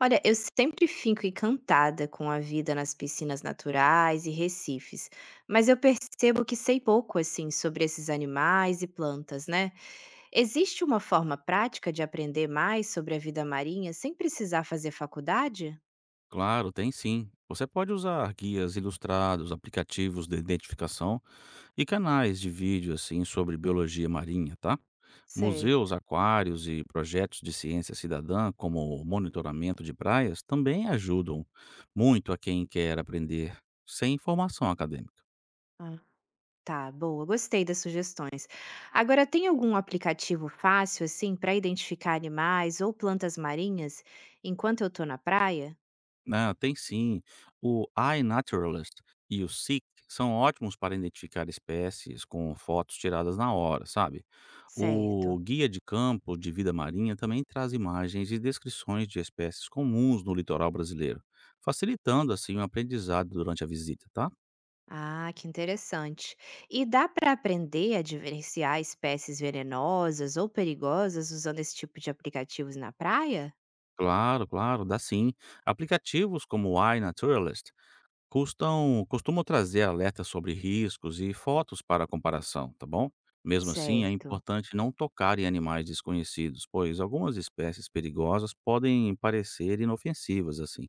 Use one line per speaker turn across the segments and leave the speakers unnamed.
Olha, eu sempre fico encantada com a vida nas piscinas naturais e recifes, mas eu percebo que sei pouco assim sobre esses animais e plantas, né? Existe uma forma prática de aprender mais sobre a vida marinha sem precisar fazer faculdade?
Claro, tem sim. Você pode usar guias ilustrados, aplicativos de identificação e canais de vídeo assim sobre biologia marinha, tá? Museus,
Certo.
aquários e projetos de ciência cidadã, como o monitoramento de praias, também ajudam muito a quem quer aprender sem formação acadêmica.
Ah, tá, boa. Gostei das sugestões. Agora, tem algum aplicativo fácil assim para identificar animais ou plantas marinhas enquanto eu tô na praia?
Ah, tem sim. O iNaturalist e o Seek são ótimos para identificar espécies com fotos tiradas na hora, sabe?
Certo.
O Guia de Campo de Vida Marinha também traz imagens e descrições de espécies comuns no litoral brasileiro, facilitando assim o aprendizado durante a visita, tá?
Ah, que interessante. E dá para aprender a diferenciar espécies venenosas ou perigosas usando esse tipo de aplicativos na praia?
Claro, claro, dá sim. Aplicativos como o iNaturalist Custam costumam trazer alertas sobre riscos e fotos para comparação, tá bom? Mesmo assim, é
Certo.
importante não tocar em animais desconhecidos, pois algumas espécies perigosas podem parecer inofensivas assim.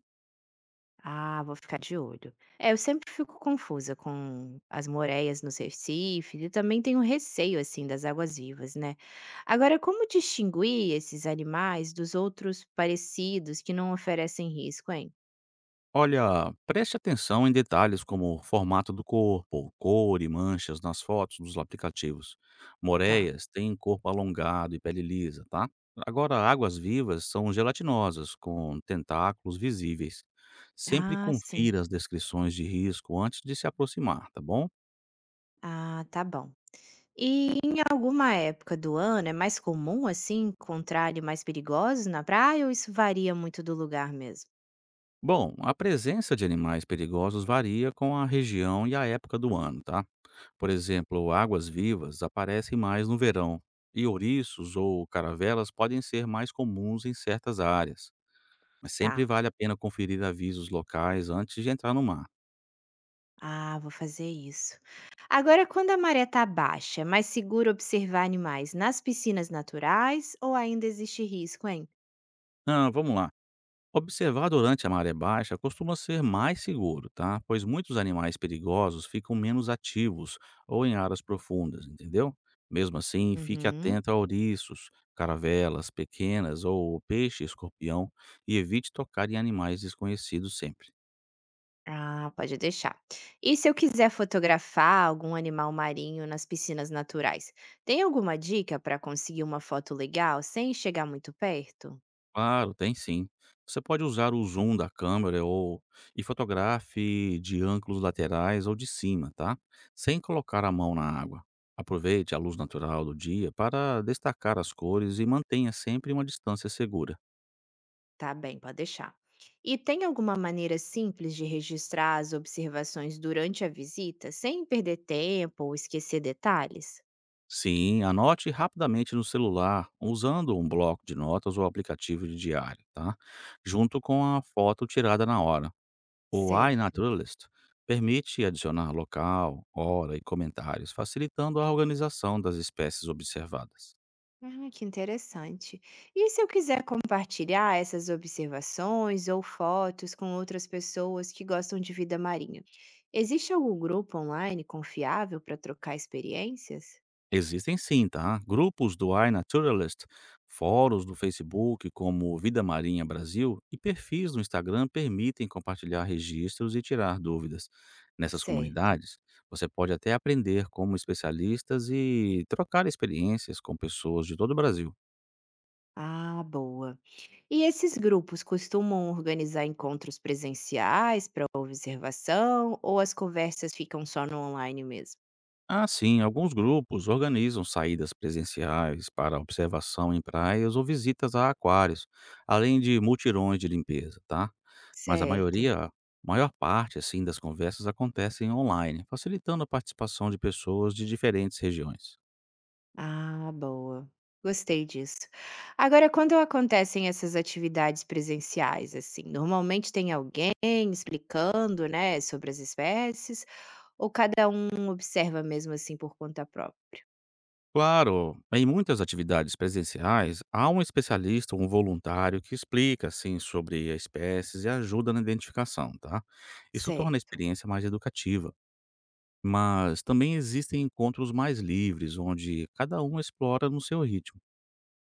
Ah, vou ficar de olho. É, eu sempre fico confusa com as moreias nos recifes e também tenho receio assim das águas vivas, né? Agora, como distinguir esses animais dos outros parecidos que não oferecem risco, hein?
Olha, preste atenção em detalhes como o formato do corpo, cor e manchas nas fotos dos aplicativos.
Tá.
Moreias têm corpo alongado e pele lisa, tá? Agora, águas vivas são gelatinosas, com tentáculos visíveis. Sempre
Ah, sim.
confira as descrições de risco antes de se aproximar, tá bom?
Ah, tá bom. E em alguma época do ano é mais comum, assim, encontrar animais perigosos na praia ou isso varia muito do lugar mesmo?
Bom, a presença de animais perigosos varia com a região e a época do ano, tá? Por exemplo, águas-vivas aparecem mais no verão, e ouriços ou caravelas podem ser mais comuns em certas áreas, mas sempre
Tá.
vale a pena conferir avisos locais antes de entrar no mar.
Ah, vou fazer isso. Agora, quando a maré tá baixa, é mais seguro observar animais nas piscinas naturais ou ainda existe risco, hein?
Ah, vamos lá. Observar durante a maré baixa costuma ser mais seguro, tá? Pois muitos animais perigosos ficam menos ativos ou em áreas profundas, entendeu? Mesmo assim, fique
Uhum.
atento a ouriços, caravelas pequenas ou peixe-escorpião e evite tocar em animais desconhecidos sempre.
Ah, pode deixar. E se eu quiser fotografar algum animal marinho nas piscinas naturais, tem alguma dica para conseguir uma foto legal sem chegar muito perto?
Claro, tem sim. Você pode usar o zoom da câmera ou e fotografe de ângulos laterais ou de cima, tá? Sem colocar a mão na água. Aproveite a luz natural do dia para destacar as cores e mantenha sempre uma distância segura.
Tá bem, pode deixar. E tem alguma maneira simples de registrar as observações durante a visita, sem perder tempo ou esquecer detalhes?
Sim, anote rapidamente no celular usando um bloco de notas ou aplicativo de diário, tá? Junto com a foto tirada na hora. O
Certo.
iNaturalist permite adicionar local, hora e comentários, facilitando a organização das espécies observadas.
Ah, que interessante. E se eu quiser compartilhar essas observações ou fotos com outras pessoas que gostam de vida marinha? Existe algum grupo online confiável para trocar experiências?
Existem sim, tá? Grupos do iNaturalist, fóruns do Facebook como Vida Marinha Brasil e perfis no Instagram permitem compartilhar registros e tirar dúvidas. Nessas
Certo.
comunidades, você pode até aprender como especialistas e trocar experiências com pessoas de todo o Brasil.
Ah, boa. E esses grupos costumam organizar encontros presenciais para observação ou as conversas ficam só no online mesmo?
Ah, sim, alguns grupos organizam saídas presenciais para observação em praias ou visitas a aquários, além de mutirões de limpeza, tá? Mas
Certo.
maior parte assim das conversas acontecem online, facilitando a participação de pessoas de diferentes regiões.
Ah, boa. Gostei disso. Agora, quando acontecem essas atividades presenciais, assim, normalmente tem alguém explicando, né, sobre as espécies, ou cada um observa mesmo assim por conta própria?
Claro, em muitas atividades presenciais, há um especialista ou um voluntário que explica assim sobre as espécies e ajuda na identificação, tá? Isso torna a
Certo.
experiência mais educativa. Mas também existem encontros mais livres, onde cada um explora no seu ritmo.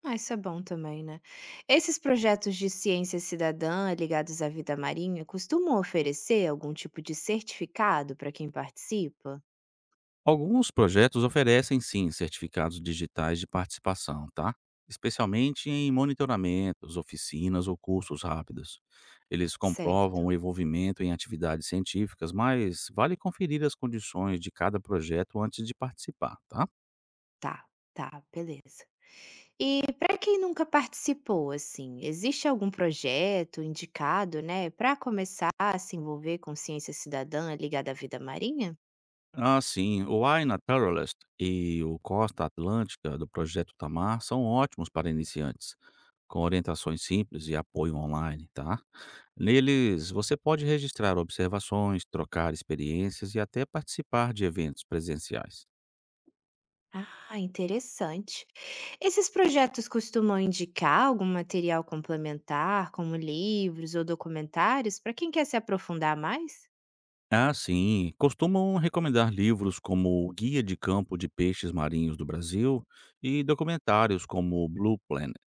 Ah, isso é bom também, né. Esses projetos de ciência cidadã ligados à vida marinha costumam oferecer algum tipo de certificado para quem participa?
Alguns projetos oferecem sim certificados digitais de participação, tá? Especialmente em monitoramentos, oficinas ou cursos rápidos. Eles comprovam
Certo,
o envolvimento em atividades científicas, mas vale conferir as condições de cada projeto antes de participar, tá?
tá, tá, beleza. E para quem nunca participou, assim, existe algum projeto indicado, né, para começar a se envolver com ciência cidadã ligada à vida marinha?
Ah, sim. O Aina Naturalist e o Costa Atlântica, do Projeto Tamar, são ótimos para iniciantes, com orientações simples e apoio online, tá? Neles, você pode registrar observações, trocar experiências e até participar de eventos presenciais.
Ah, interessante. Esses projetos costumam indicar algum material complementar, como livros ou documentários, para quem quer se aprofundar mais?
Ah, sim. Costumam recomendar livros como o Guia de Campo de Peixes Marinhos do Brasil e documentários como o Blue Planet.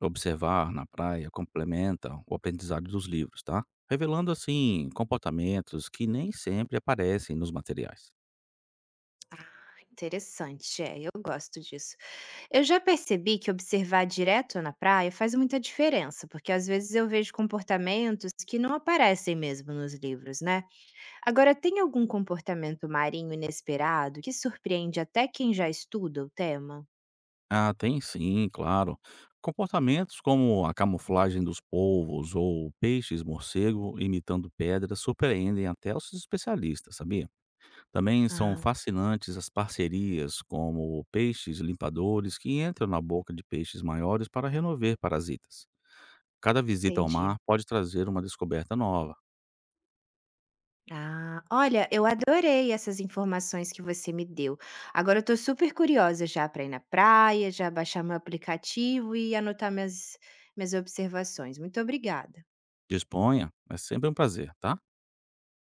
Observar na praia complementa o aprendizado dos livros, tá? Revelando assim comportamentos que nem sempre aparecem nos materiais.
Interessante, é, eu gosto disso. Eu já percebi que observar direto na praia faz muita diferença, porque às vezes eu vejo comportamentos que não aparecem mesmo nos livros, né? Agora, tem algum comportamento marinho inesperado que surpreende até quem já estuda o tema?
Ah, tem sim, claro. Comportamentos como a camuflagem dos polvos ou peixes morcego imitando pedras surpreendem até os especialistas, sabia? Também são
Ah,
fascinantes as parcerias como peixes limpadores que entram na boca de peixes maiores para remover parasitas. Cada visita ao mar
entendi.
pode trazer uma descoberta nova.
Ah, olha, eu adorei essas informações que você me deu. Agora eu tô super curiosa já para ir na praia, já baixar meu aplicativo e anotar minhas observações. Muito obrigada.
Disponha, é sempre um prazer, tá?